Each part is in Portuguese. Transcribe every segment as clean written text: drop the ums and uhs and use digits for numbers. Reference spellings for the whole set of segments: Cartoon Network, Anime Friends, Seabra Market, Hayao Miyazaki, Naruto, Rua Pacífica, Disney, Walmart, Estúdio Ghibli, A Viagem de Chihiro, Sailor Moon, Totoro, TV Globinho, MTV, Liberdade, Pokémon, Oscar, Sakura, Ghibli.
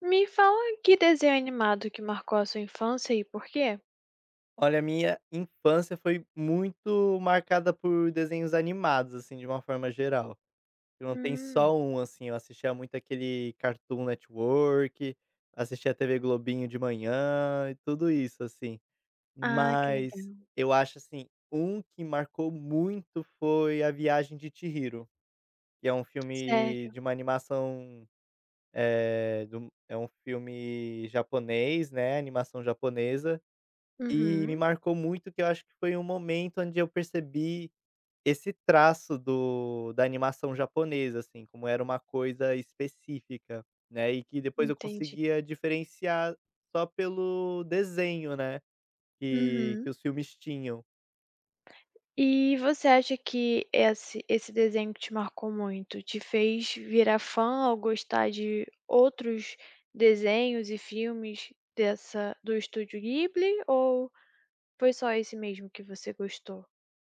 Me fala que desenho animado que marcou a sua infância e por quê? Olha, a minha infância foi muito marcada por desenhos animados, assim, de uma forma geral. Eu não tenho só Hum. um, assim, eu assistia muito aquele Cartoon Network, assistia a TV Globinho de manhã e tudo isso, assim. Ah, que Mas legal. eu acho, assim, um que marcou muito foi A Viagem de Chihiro, que é um filme Sério? de uma animação. É, é um filme japonês, né? Animação japonesa e me Uhum, marcou muito que eu acho que foi um momento onde eu percebi esse traço do da animação japonesa, assim, como era uma coisa específica, né, e que depois eu entendi. conseguia diferenciar só pelo desenho, né, que Uhum. que os filmes tinham. E você acha que esse desenho que te marcou muito te fez virar fã ou gostar de outros desenhos e filmes dessa do estúdio Ghibli ou foi só esse mesmo que você gostou?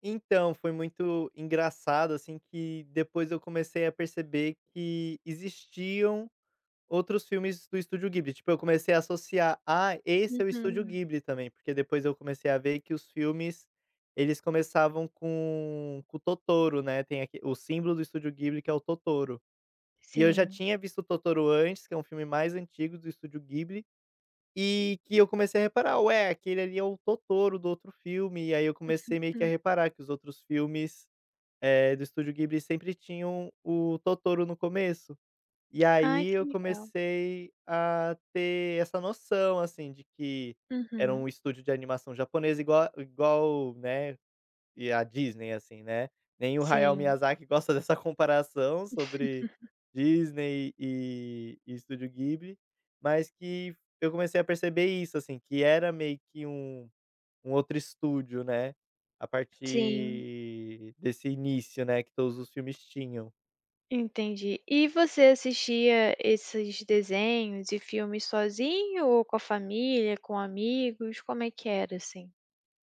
Então, foi muito engraçado, assim, que depois eu comecei a perceber que existiam outros filmes do estúdio Ghibli, tipo, eu comecei a associar: "Ah, esse é o estúdio Uhum. Ghibli também", porque depois eu comecei a ver que os filmes, eles começavam com o Totoro, né, tem aqui o símbolo do estúdio Ghibli que é o Totoro. E eu já Sim. tinha visto o Totoro antes, que é um filme mais antigo do estúdio Ghibli, e que eu comecei a reparar: "Ué, aquele ali é o Totoro do outro filme", e aí eu comecei meio que a Hum. reparar que os outros filmes, do estúdio Ghibli sempre tinham o Totoro no começo. E Ai, aí que eu legal. comecei a ter essa noção, assim, de que era Uhum. um estúdio de animação japonesa igual, né, e a Disney, assim, né. Nem o Hayao Sim, Miyazaki gosta dessa comparação sobre Disney e Estúdio Ghibli, mas que eu comecei a perceber isso, assim, que era meio que um outro estúdio, né, a sim. partir desse início, né, que todos os filmes tinham. Entendi. E você assistia esses desenhos e filmes sozinho ou com a família, com amigos? Como é que era assim?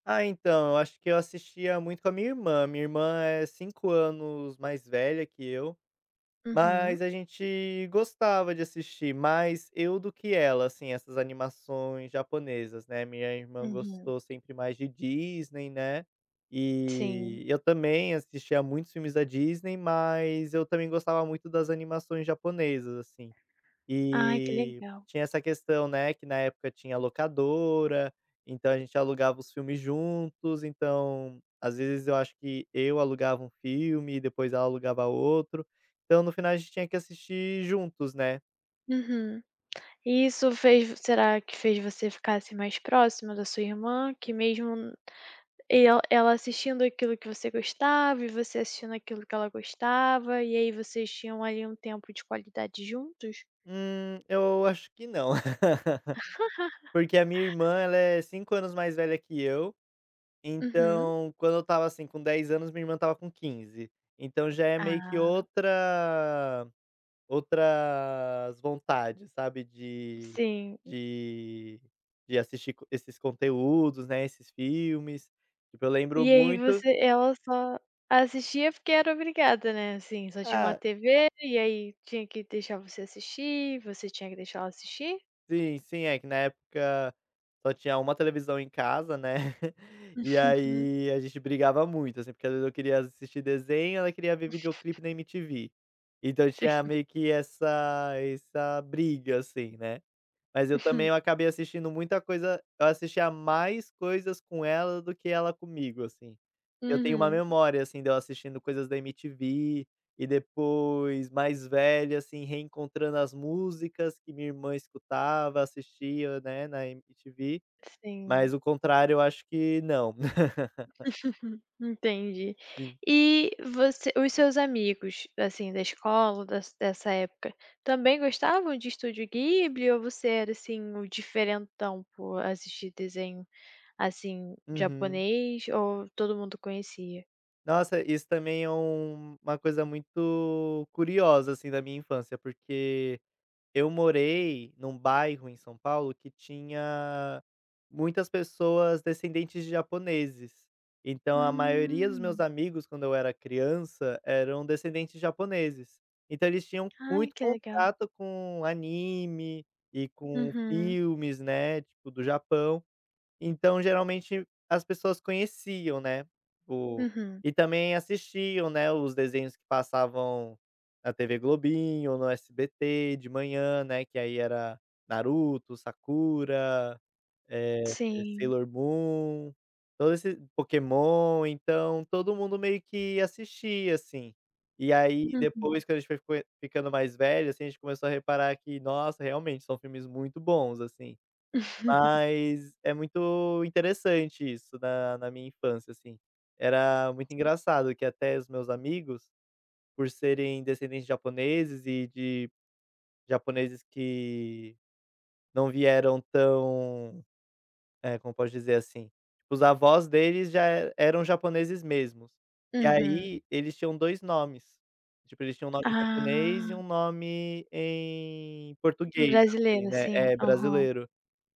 Ah, então, eu acho que eu assistia muito com a minha irmã. Minha irmã é 5 anos mais velha que eu, Uhum. mas a gente gostava de assistir mais eu do que ela, assim, essas animações japonesas, né. Minha irmã Uhum. gostou sempre mais de Disney, né, Sim. e eu também assistia muitos filmes da Disney, mas eu também gostava muito das animações japonesas, assim. Ai, que E legal. tinha essa questão, né, que na época tinha locadora, então a gente alugava os filmes juntos, então às vezes eu acho que eu alugava um filme e depois ela alugava outro, então no final a gente tinha que assistir juntos, né. Uhum. E isso fez será que fez você ficar, assim, mais próxima da sua irmã, que mesmo n- el ela assistindo aquilo que você gostava e você assistindo aquilo que ela gostava, e aí vocês tinham ali um tempo de qualidade juntos? Eu acho que não, porque a minha irmã ela é 5 anos mais velha que eu, Uhum. então quando eu estava, assim, com 10 anos, minha irmã estava com 15. Então já é meio que Ah, outras vontades, sabe, sim. de de assistir co esses conteúdos, né, esses filmes. Tipo, eu lembro E aí muito. você ela só assistia porque era obrigada, né, assim, só tinha uma Ah, TV e aí tinha que deixar você assistir, você tinha que deixar ela assistir? sim, sim, é que na época só tinha uma televisão em casa, né, e Uhum. aí a gente brigava muito, assim, porque às vezes eu queria assistir desenho, ela queria ver videoclipe na MTV. Então Sim. tinha meio que essa briga, assim, né. Mas eu também, eu acabei assistindo muita coisa. Eu assistia mais coisas com ela do que ela comigo, assim. Eu tenho uma Uhum. memória, assim, de eu assistindo coisas da MTV e depois, mais velha assim, reencontrando as músicas que minha irmã escutava, assistia, né, na MTV, Sim, mas o contrário eu acho que não. entendi. Sim. E você os seus amigos, assim, da escola, dessa época, também gostavam de Estúdio Ghibli ou você era, assim, o diferentão por assistir desenho, assim, Uhum. japonês ou todo mundo conhecia? Nossa, isso também é uma coisa muito curiosa, assim, da minha infância, porque eu morei num bairro em São Paulo que tinha muitas pessoas descendentes de japoneses. Então a maioria dos meus Hum. amigos, quando eu era criança, eram descendentes de japoneses. Então eles tinham Ai, muito que legal. contato com anime e com Uhum, filmes, né, tipo do Japão. Então geralmente as pessoas conheciam, né, o uhum. e também assistiam, né, os desenhos que passavam na TV Globinho, no SBT de manhã, né, que aí era Naruto, Sakura, eh, Sim. Sailor Moon, todo esse Pokémon, então todo mundo meio que assistia, assim. E aí Uhum. depois quando a gente foi ficando mais velho, assim, a gente começou a reparar que, nossa, realmente são filmes muito bons, assim. Mas é muito interessante isso na minha infância, assim. Era muito engraçado que até os meus amigos, por serem descendentes de japoneses e de japoneses que não vieram tão, como posso dizer assim, tipo, os avós deles já e eram japoneses mesmos. E Uhum. aí eles tinham 2 nomes, tipo, eles tinham um nome em japonês e Ah, um nome em português, assim, brasileiro, né, sim. é, Aham. brasileiro.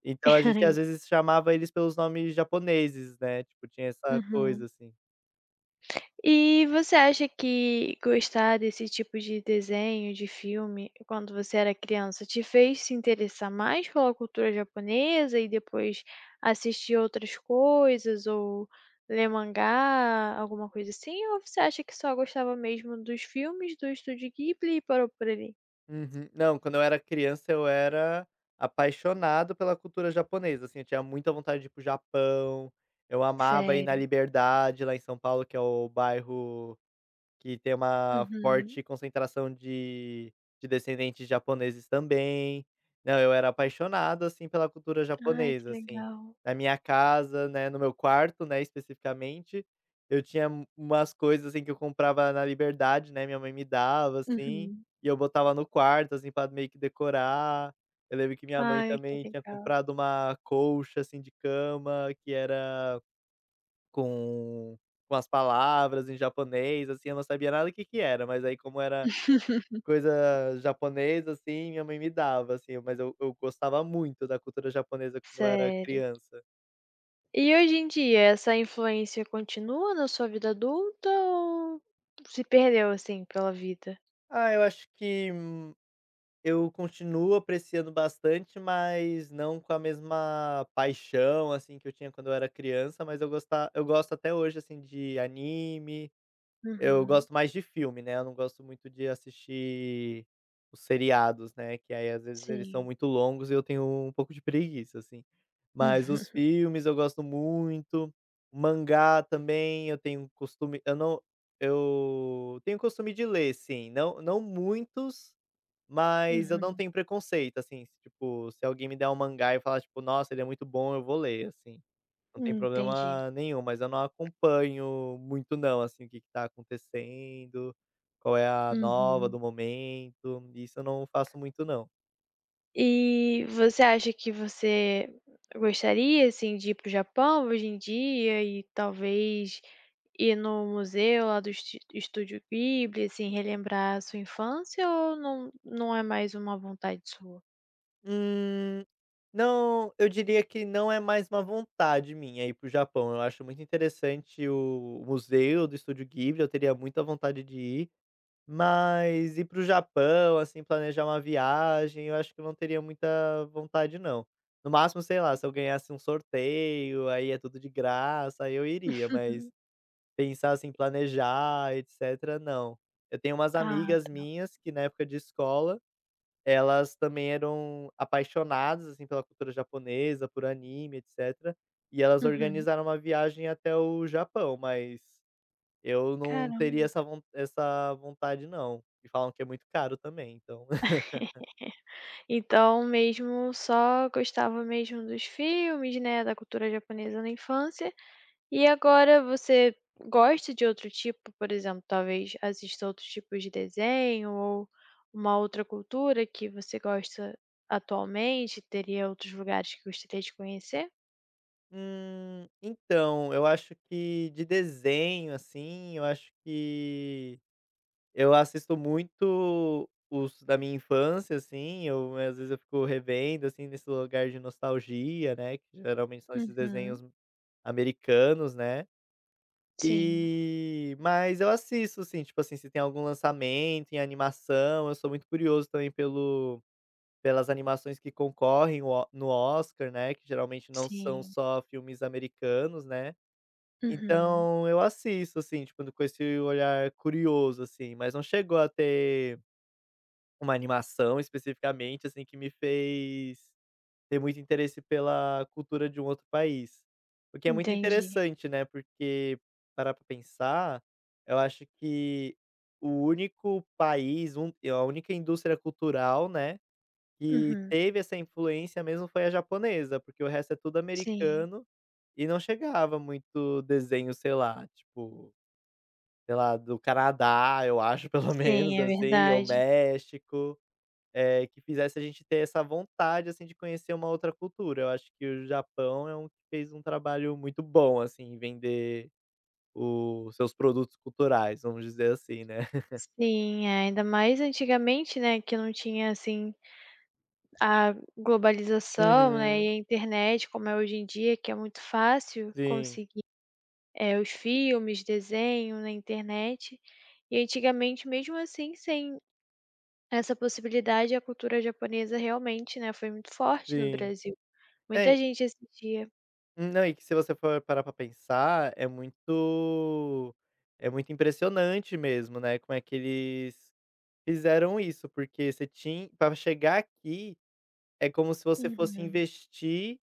Então a gente às vezes chamava eles pelos nomes japoneses, né, tipo tinha essa coisa Uhum. assim. E você acha que gostar desse tipo de desenho, de filme, quando você era criança, te fez se interessar mais pela cultura japonesa e depois assistir outras coisas ou ler mangá, alguma coisa assim? Ou você acha que só gostava mesmo dos filmes do Estúdio Ghibli e parou por ali? Uhum. Não, quando eu era criança eu era apaixonado pela cultura japonesa, assim, eu tinha muita vontade de ir para o Japão, eu amava ir na Sério? Liberdade lá em São Paulo que é o bairro que tem uma Uhum. forte concentração de descendentes japoneses também. Não, eu era apaixonado, assim, pela cultura Ai, que japonesa, assim. legal. Na minha casa, né, no meu quarto, né, especificamente, eu tinha umas coisas, assim, que eu comprava na Liberdade, né, minha mãe me dava, assim, Uhum. e eu botava no quarto, assim, pra meio que decorar. Eu lembro que minha mãe Ai, que também tinha legal. comprado uma colcha, assim, de cama que era com com as palavras em japonês, assim, eu não sabia nada o que que era, mas aí como era coisa japonesa, assim, minha mãe me dava, assim, mas eu gostava muito da cultura japonesa quando eu era Sério. criança. E hoje em dia, essa influência continua na sua vida adulta ou se perdeu, assim, pela vida? Ah, eu acho que, eu continuo apreciando bastante, mas não com a mesma paixão, assim, que eu tinha quando eu era criança, mas eu gosto até hoje, assim, de anime. Eu Uhum. gosto mais de filme, né, eu não gosto muito de assistir os seriados, né, que aí às vezes eles são Sim. muito longos e eu tenho um pouco de preguiça, assim. Mas os filmes eu gosto muito, mangá também eu não, eu tenho costume de ler, sim, não não muitos, Uhum. mas eu não Uhum. tenho preconceito, assim, se tipo, se alguém me der um mangá e falar tipo: "Nossa, ele é muito bom", eu vou ler, assim. Não tem Entendi. problema nenhum, mas eu não acompanho muito não, assim, o que que tá acontecendo, qual é a nova do Uhum. momento, isso eu não faço muito não. E você acha que você gostaria, assim, de ir para o Japão hoje em dia e talvez ir no museu lá do Esti Estúdio Ghibli, assim, relembrar a sua infância ou não é mais uma vontade sua? Hum, não, eu diria que não é mais uma vontade minha ir pro Japão, eu acho muito interessante o museu do Estúdio Ghibli, eu teria muita vontade de ir, mas ir para o Japão, assim, planejar uma viagem, eu acho que eu não teria muita vontade não. No máximo, sei lá, se eu ganhasse um sorteio, aí é tudo de graça, aí eu iria, mas Uhum. pensar assim, planejar, etcétera, não. Eu tenho umas Ah, amigas minhas que na época de escola, elas também eram apaixonadas, assim, pela cultura japonesa, por anime, etcétera, e elas uhum. organizaram uma viagem até o Japão, mas eu não teria Caramba. essa vontade não, e falam que é muito caro também, então. Então mesmo só gostava mesmo dos filmes, né, da cultura japonesa na infância. E agora você gosta de outro tipo, por exemplo, talvez assista outros tipos de desenho ou uma outra cultura que você gosta atualmente? Teria outros lugares que gostaria de conhecer? Então, eu acho que de desenho, assim, eu acho que eu assisto muito os da minha infância, assim, eu às vezes eu fico revendo, assim, nesse lugar de nostalgia, né, que geralmente são esses Uhum. desenhos americanos, né. Sim, Mas eu assisto, assim, tipo assim, se tem algum lançamento em animação, eu sou muito curioso também pelo Pelas animações que concorrem o no Oscar, né, que geralmente não são sim. só filmes americanos, né. Uhum. Então eu assisto, assim, tipo, com esse olhar curioso, assim, mas não chegou a ter uma animação especificamente, assim, que me fez ter muito interesse pela cultura de um outro país. O que é muito Entendi. interessante, né, porque parar pra pensar, eu acho que o único país, a única indústria cultural, né, que Uhum. teve essa influência mesmo foi a japonesa, porque o resto é tudo Sim, americano e não chegava muito desenho, sei lá, tipo, sei lá, do Canadá, eu acho, pelo menos, sim, é assim, ou verdade. México, que fizesse a gente ter essa vontade, assim, de conhecer uma outra cultura. Eu acho que o Japão é um que fez um trabalho muito bom, assim, em vender os seus produtos culturais, vamos dizer assim, né. Sim, é, ainda mais antigamente, né, que não tinha, assim, a globalização, né, e Uhum. a internet como é hoje em dia, que é muito fácil Sim, conseguir, os filmes, desenho na internet. E antigamente, mesmo assim, sem essa possibilidade, a cultura japonesa realmente, né, foi muito forte no sim. Brasil. Muita É. gente assistia. Não, e que se você for parar pra pensar, é muito impressionante mesmo, né, como é que eles fizeram isso, porque você tinha pra chegar aqui, é como se você fosse Uhum. investir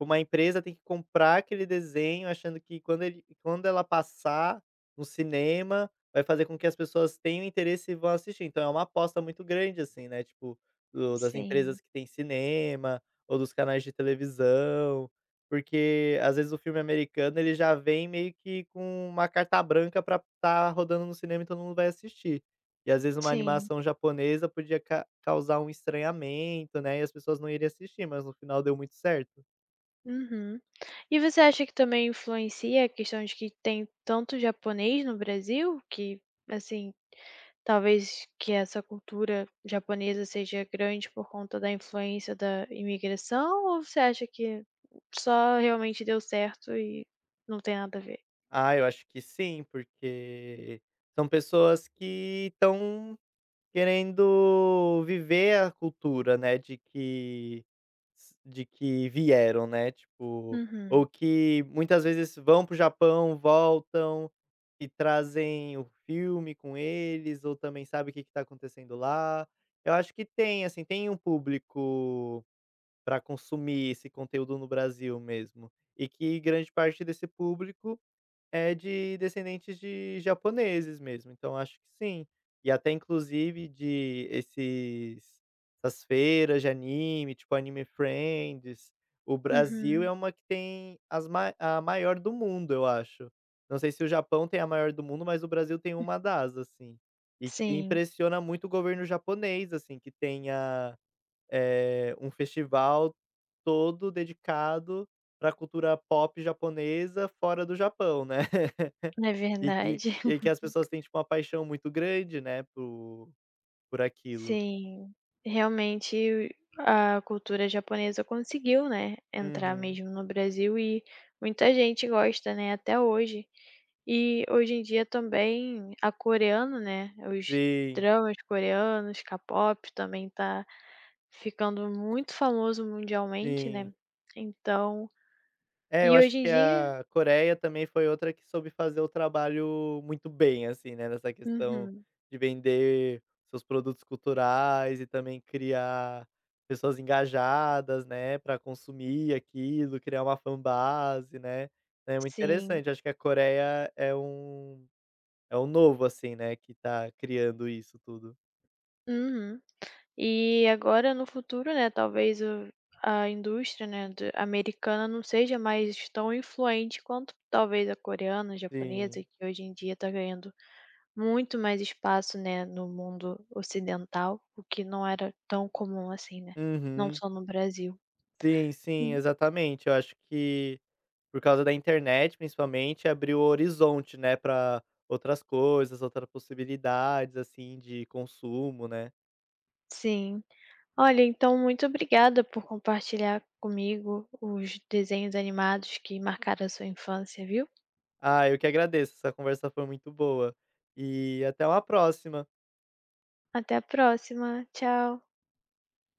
uma empresa tem que comprar aquele desenho achando que quando ela passar no cinema, vai fazer com que as pessoas tenham interesse e vão assistir. Então é uma aposta muito grande, assim, né, tipo, do das Sim, empresas que tem cinema, ou dos canais de televisão, porque às vezes o filme americano ele já vem meio que com uma carta branca pra estar rodando no cinema e todo mundo vai assistir. E às vezes uma sim. animação japonesa podia ca causar um estranhamento, né, e as pessoas não iriam assistir, mas no final deu muito certo. Uhum. E você acha que também influencia a questão de que tem tanto japonês no Brasil, que, assim, talvez que essa cultura japonesa seja grande por conta da influência da imigração, ou você acha que só realmente deu certo e não tem nada a ver? Ah, eu acho que sim, porque são pessoas que estão querendo viver a cultura, né, de que vieram, né, tipo, ou Uhum, que muitas vezes vão pro Japão, voltam e trazem o filme com eles, ou também sabe o que que está acontecendo lá. Eu acho que tem, assim, tem um público para consumir esse conteúdo no Brasil mesmo, e que grande parte desse público é de descendentes de japoneses mesmo, então acho que sim. E até inclusive de esses essas feiras de anime, tipo Anime Friends, o Brasil é uhum. uma que tem as ma a maior do mundo, eu acho. Não sei se o Japão tem a maior do mundo, mas o Brasil tem uma das, assim. E que Sim, impressiona muito o governo japonês, assim, que tenha, um festival todo dedicado para a cultura pop japonesa fora do Japão, né. é verdade. E que as pessoas têm, tipo, uma paixão muito grande, né, por aquilo. Sim, realmente a cultura japonesa conseguiu, né, entrar Uhum. mesmo no Brasil e muita gente gosta, né, até hoje. E hoje em dia também a coreana, né, os Sim, dramas coreanos, K-pop também tá ficando muito famoso mundialmente, sim. né. Então É, eu e acho hoje em que dia a Coreia também foi outra que soube fazer o trabalho muito bem, assim, né, nessa questão uhum, de vender seus produtos culturais e também criar pessoas engajadas, né, para consumir aquilo, criar uma fanbase, né. É muito sim, interessante, acho que a Coreia é um novo, assim, né, que tá criando isso tudo. uhum. E agora no futuro, né, talvez o a indústria, né, de americana não seja mais tão influente quanto talvez a coreana, a japonesa, Sim. que hoje em dia está ganhando muito mais espaço, né, no mundo ocidental, o que não era tão comum assim, né, não Uhum. só no Brasil. Sim, sim, Hum, exatamente. Eu acho que por causa da internet, principalmente, abriu o horizonte, né, para outras coisas, outras possibilidades, assim, de consumo, né. sim. Olha, então muito obrigada por compartilhar comigo os desenhos animados que marcaram a sua infância, viu. Ah, eu que agradeço, essa conversa foi muito boa. E até uma próxima. Até a próxima, tchau.